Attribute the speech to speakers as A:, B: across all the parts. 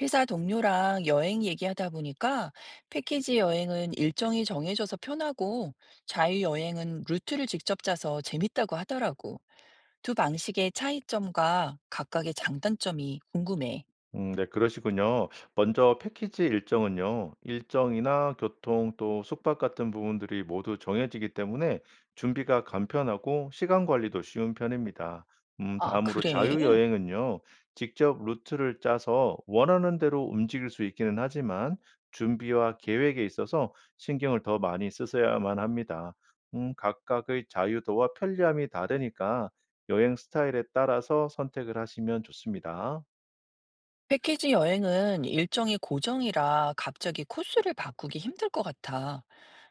A: 회사 동료랑 여행 얘기하다 보니까 패키지 여행은 일정이 정해져서 편하고 자유여행은 루트를 직접 짜서 재밌다고 하더라고. 두 방식의 차이점과 각각의 장단점이 궁금해.
B: 네, 그러시군요. 먼저 패키지 일정은요. 일정이나 교통 또 숙박 같은 부분들이 모두 정해지기 때문에 준비가 간편하고 시간 관리도 쉬운 편입니다.
A: 아,
B: 다음으로
A: 그래?
B: 자유여행은요. 직접 루트를 짜서 원하는 대로 움직일 수 있기는 하지만 준비와 계획에 있어서 신경을 더 많이 쓰셔야만 합니다. 각각의 자유도와 편리함이 다르니까 여행 스타일에 따라서 선택을 하시면 좋습니다.
A: 패키지 여행은 일정이 고정이라 갑자기 코스를 바꾸기 힘들 것 같아.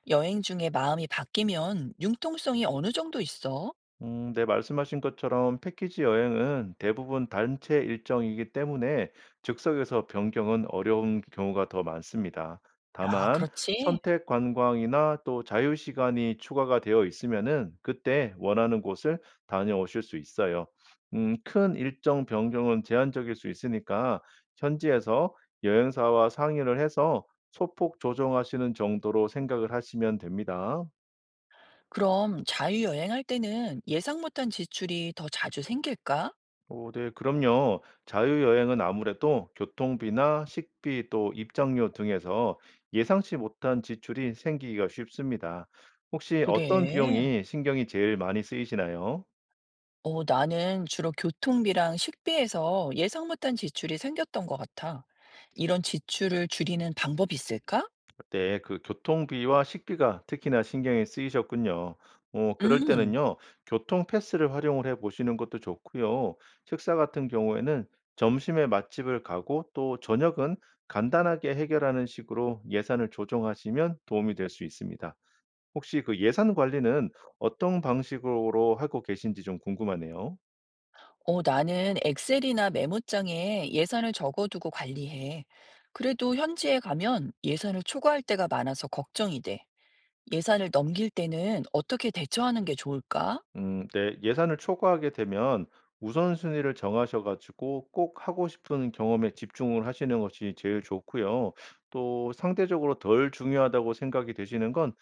A: 여행 중에 마음이 바뀌면 융통성이 어느 정도 있어?
B: 네, 말씀하신 것처럼 패키지 여행은 대부분 단체 일정이기 때문에 즉석에서 변경은 어려운 경우가 더 많습니다.
A: 아,
B: 다만
A: 그렇지.
B: 선택 관광이나 또 자유 시간이 추가가 되어 있으면은 그때 원하는 곳을 다녀오실 수 있어요. 큰 일정 변경은 제한적일 수 있으니까 현지에서 여행사와 상의를 해서 소폭 조정하시는 정도로 생각을 하시면 됩니다.
A: 그럼 자유여행할 때는 예상 못한 지출이 더 자주 생길까?
B: 오, 네, 그럼요. 자유여행은 아무래도 교통비나 식비 또 입장료 등에서 예상치 못한 지출이 생기기가 쉽습니다. 혹시 어떤
A: 그래.
B: 비용이 신경이 제일 많이 쓰이시나요?
A: 나는 주로 교통비랑 식비에서 예상 못한 지출이 생겼던 것 같아. 이런 지출을 줄이는 방법이 있을까?
B: 네, 그 교통비와 식비가 특히나 신경이 쓰이셨군요. 그럴
A: 음.
B: 때는요, 교통 패스를 활용을 해 보시는 것도 좋고요. 식사 같은 경우에는 점심에 맛집을 가고 또 저녁은 간단하게 해결하는 식으로 예산을 조정하시면 도움이 될 수 있습니다. 혹시 그 예산 관리는 어떤 방식으로 하고 계신지 좀 궁금하네요.
A: 나는 엑셀이나 메모장에 예산을 적어두고 관리해. 그래도 현지에 가면 예산을 초과할 때가 많아서 걱정이 돼. 예산을 넘길 때는 어떻게 대처하는 게 좋을까?
B: 네. 예산을 초과하게 되면 우선순위를 정하셔 가지고 꼭 하고 싶은 경험에 집중을 하시는 것이 제일 좋고요. 또 상대적으로 덜 중요하다고 생각이 되시는 건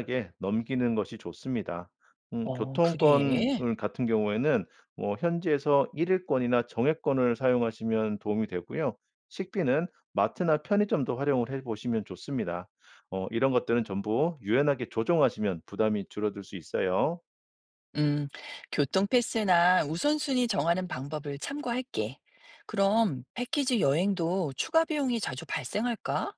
B: 간단하게 넘기는 것이 좋습니다. 교
A: 어,
B: 통권
A: 그래.
B: 같은 경우에는 뭐 현지에서 일일권이나 정액권을 사용하시면 도움이 되고요. 식비는 마트나 편의점도 활용을 해 보시면 좋습니다. 이런 것들은 전부 유연하게 조정하시면 부담이 줄어들 수 있어요.
A: 음, 교통 패스나 우선순위 정하는 방법을 참고할게. 그럼 패키지 여행도 추가 비용이 자주 발생할까?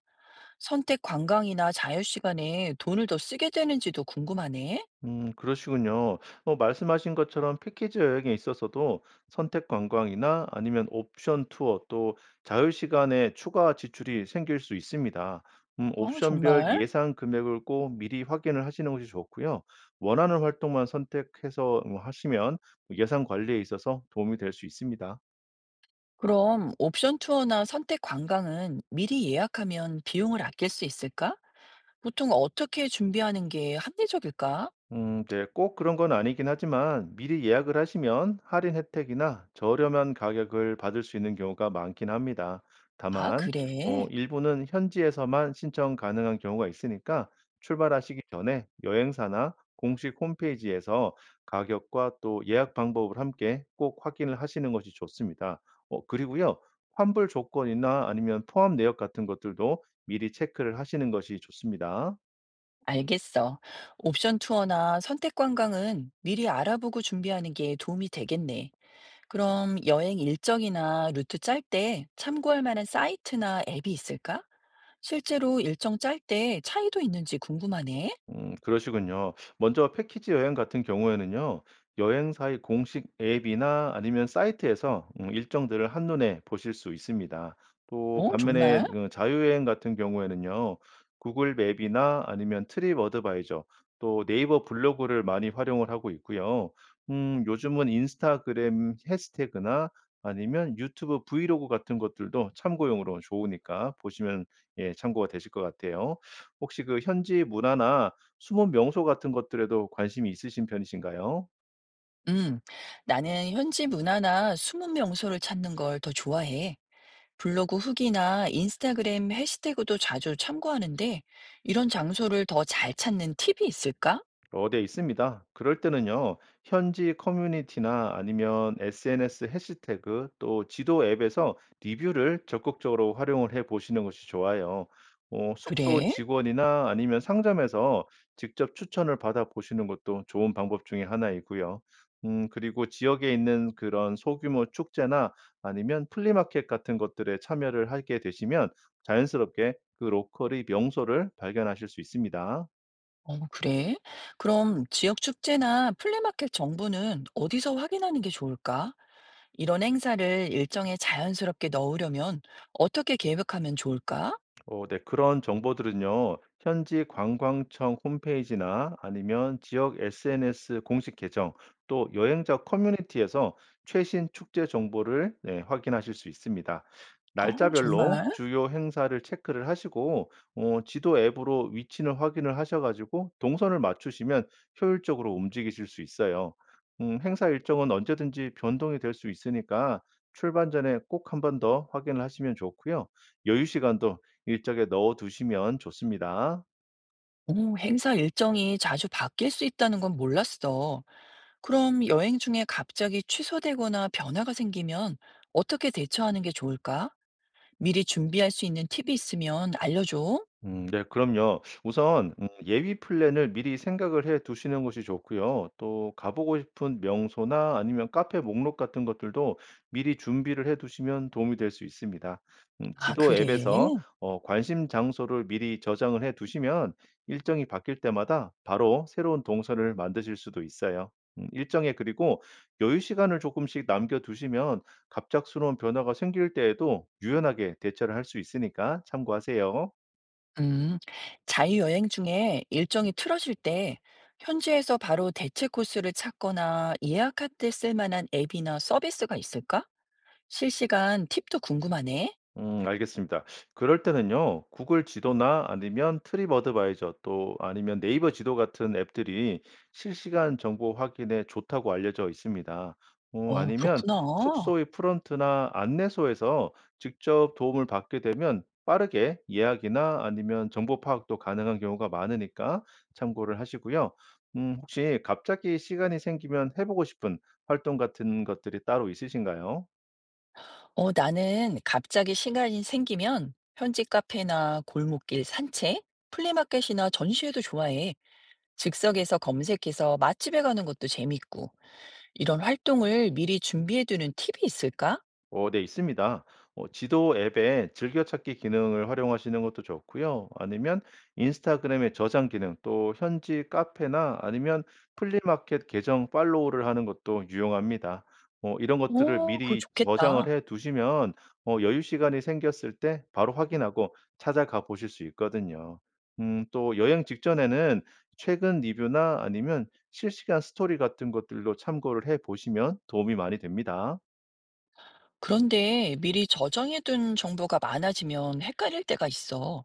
A: 선택 관광이나 자유 시간에 돈을 더 쓰게 되는지도 궁금하네.
B: 그러시군요. 말씀하신 것처럼 패키지 여행에 있어서도 선택 관광이나 아니면 옵션 투어 또 자유 시간에 추가 지출이 생길 수 있습니다.
A: 어,
B: 옵션별
A: 정말?
B: 예상 금액을 꼭 미리 확인을 하시는 것이 좋고요. 원하는 활동만 선택해서 하시면 예산 관리에 있어서 도움이 될 수 있습니다.
A: 그럼 옵션 투어나 선택 관광은 미리 예약하면 비용을 아낄 수 있을까? 보통 어떻게 준비하는 게 합리적일까?
B: 네, 꼭 그런 건 아니긴 하지만 미리 예약을 하시면 할인 혜택이나 저렴한 가격을 받을 수 있는 경우가 많긴 합니다.
A: 아,
B: 다만,
A: 그래.
B: 일부는 현지에서만 신청 가능한 경우가 있으니까 출발하시기 전에 여행사나 공식 홈페이지에서 가격과 또 예약 방법을 함께 꼭 확인을 하시는 것이 좋습니다. 그리고요, 환불 조건이나 아니면 포함 내역 같은 것들도 미리 체크를 하시는 것이 좋습니다.
A: 알겠어. 옵션 투어나 선택 관광은 미리 알아보고 준비하는 게 도움이 되겠네. 그럼 여행 일정이나 루트 짤 때 참고할 만한 사이트나 앱이 있을까? 실제로 일정 짤 때 차이도 있는지 궁금하네.
B: 그러시군요. 먼저 패키지 여행 같은 경우에는요. 여행사의 공식 앱이나 아니면 사이트에서 일정들을 한눈에 보실 수 있습니다. 또
A: 어,
B: 반면에
A: 정말?
B: 자유여행 같은 경우에는요. 구글 맵이나 아니면 트립 어드바이저 또 네이버 블로그를 많이 활용을 하고 있고요. 요즘은 인스타그램 해시태그나 아니면 유튜브 브이로그 같은 것들도 참고용으로 좋으니까 보시면 예 참고가 되실 것 같아요. 혹시 그 현지 문화나 숨은 명소 같은 것들에도 관심이 있으신 편이신가요?
A: 음, 나는 현지 문화나 숨은 명소를 찾는 걸 더 좋아해. 블로그 후기나 인스타그램 해시태그도 자주 참고하는데 이런 장소를 더 잘 찾는 팁이 있을까?
B: 네 있습니다. 그럴 때는요. 현지 커뮤니티나 아니면 SNS 해시태그 또 지도 앱에서 리뷰를 적극적으로 활용을 해 보시는 것이 좋아요. 숙소
A: 그래?
B: 직원이나 아니면 상점에서 직접 추천을 받아 보시는 것도 좋은 방법 중에 하나이고요. 그리고 지역에 있는 그런 소규모 축제나 아니면 플리마켓 같은 것들에 참여를 하게 되시면 자연스럽게 그 로컬의 명소를 발견하실 수 있습니다.
A: 어, 그래? 그럼 지역 축제나 플리마켓 정보는 어디서 확인하는 게 좋을까? 이런 행사를 일정에 자연스럽게 넣으려면 어떻게 계획하면 좋을까?
B: 네. 그런 정보들은요. 현지 관광청 홈페이지나 아니면 지역 SNS 공식 계정 또 여행자 커뮤니티에서 최신 축제 정보를 네 확인하실 수 있습니다.
A: 아,
B: 날짜별로
A: 정말?
B: 주요 행사를 체크를 하시고 지도 앱으로 위치를 확인을 하셔 가지고 동선을 맞추시면 효율적으로 움직이실 수 있어요. 행사 일정은 언제든지 변동이 될 수 있으니까 출발 전에 꼭 한 번 더 확인을 하시면 좋고요. 여유 시간도 일정에 넣어 두시면 좋습니다.
A: 오, 행사 일정이 자주 바뀔 수 있다는 건 몰랐어. 그럼 여행 중에 갑자기 취소되거나 변화가 생기면 어떻게 대처하는 게 좋을까? 미리 준비할 수 있는 팁이 있으면 알려줘.
B: 네 그럼요. 우선 예비 플랜을 미리 생각을 해 두시는 것이 좋고요. 또 가보고 싶은 명소나 아니면 카페 목록 같은 것들도 미리 준비를 해 두시면 도움이 될 수 있습니다.
A: 아,
B: 지도
A: 그래?
B: 앱에서 관심 장소를 미리 저장을 해 두시면 일정이 바뀔 때마다 바로 새로운 동선을 만드실 수도 있어요. 일정에 그리고 여유 시간을 조금씩 남겨 두시면 갑작스러운 변화가 생길 때에도 유연하게 대처를 할 수 있으니까 참고하세요.
A: 음, 자유여행 중에 일정이 틀어질 때 현지에서 바로 대체 코스를 찾거나 예약할 때 쓸 만한 앱이나 서비스가 있을까? 실시간 팁도 궁금하네.
B: 알겠습니다. 그럴 때는요. 구글 지도나 아니면 트립 어드바이저 또 아니면 네이버 지도 같은 앱들이 실시간 정보 확인에 좋다고 알려져 있습니다.
A: 어,
B: 아니면
A: 그렇구나.
B: 숙소의 프런트나 안내소에서 직접 도움을 받게 되면 빠르게 예약이나 아니면 정보 파악도 가능한 경우가 많으니까 참고를 하시고요. 혹시 갑자기 시간이 생기면 해 보고 싶은 활동 같은 것들이 따로 있으신가요?
A: 나는 갑자기 시간이 생기면 현지 카페나 골목길 산책, 플리마켓이나 전시회도 좋아해. 즉석에서 검색해서 맛집에 가는 것도 재밌고, 이런 활동을 미리 준비해두는 팁이 있을까?
B: 네 있습니다. 지도 앱에 즐겨찾기 기능을 활용하시는 것도 좋고요. 아니면 인스타그램의 저장 기능, 또 현지 카페나 아니면 플리마켓 계정 팔로우를 하는 것도 유용합니다. 이런 것들을
A: 어, 그거
B: 미리 저장을
A: 좋겠다.
B: 해 두시면 여유 시간이 생겼을 때 바로 확인하고 찾아가 보실 수 있거든요. 또 여행 직전에는 최근 리뷰나 아니면 실시간 스토리 같은 것들도 참고를 해 보시면 도움이 많이 됩니다.
A: 그런데 미리 저장해둔 정보가 많아지면 헷갈릴 때가 있어.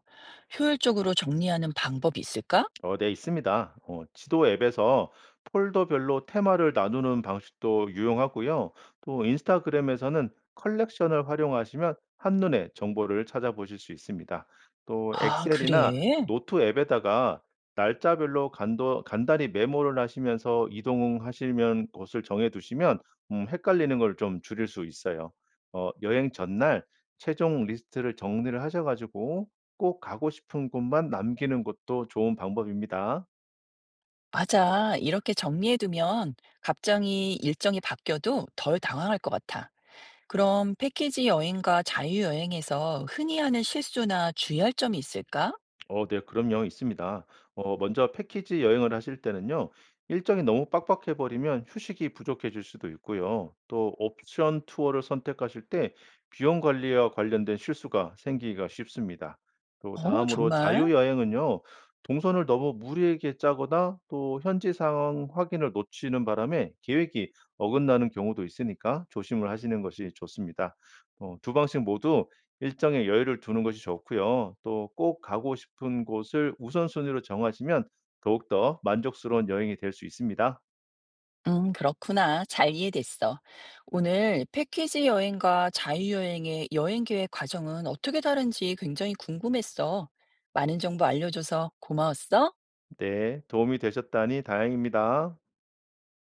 A: 효율적으로 정리하는 방법이 있을까?
B: 네, 있습니다. 지도 앱에서 폴더별로 테마를 나누는 방식도 유용하고요. 또 인스타그램에서는 컬렉션을 활용하시면 한눈에 정보를 찾아보실 수 있습니다. 또
A: 아,
B: 엑셀이나
A: 그래?
B: 노트 앱에다가 날짜별로 간단히 메모를 하시면서 이동하시면 곳을 정해두시면 헷갈리는 걸 좀 줄일 수 있어요. 여행 전날 최종 리스트를 정리를 하셔가지고 꼭 가고 싶은 곳만 남기는 것도 좋은 방법입니다.
A: 맞아. 이렇게 정리해두면 갑자기 일정이 바뀌어도 덜 당황할 것 같아. 그럼 패키지 여행과 자유여행에서 흔히 하는 실수나 주의할 점이 있을까?
B: 네, 그럼요. 있습니다. 먼저 패키지 여행을 하실 때는요, 일정이 너무 빡빡해 버리면 휴식이 부족해질 수도 있고요. 또 옵션 투어를 선택하실 때 비용 관리와 관련된 실수가 생기기가 쉽습니다. 또
A: 어,
B: 다음으로
A: 정말?
B: 자유 여행은요, 동선을 너무 무리하게 짜거나 또 현지 상황 확인을 놓치는 바람에 계획이 어긋나는 경우도 있으니까 조심을 하시는 것이 좋습니다. 두 방식 모두 일정에 여유를 두는 것이 좋고요. 또 꼭 가고 싶은 곳을 우선순위로 정하시면 더욱더 만족스러운 여행이 될 수 있습니다.
A: 그렇구나. 잘 이해됐어. 오늘 패키지 여행과 자유여행의 여행 계획 과정은 어떻게 다른지 굉장히 궁금했어. 많은 정보 알려줘서 고마웠어.
B: 네. 도움이 되셨다니 다행입니다.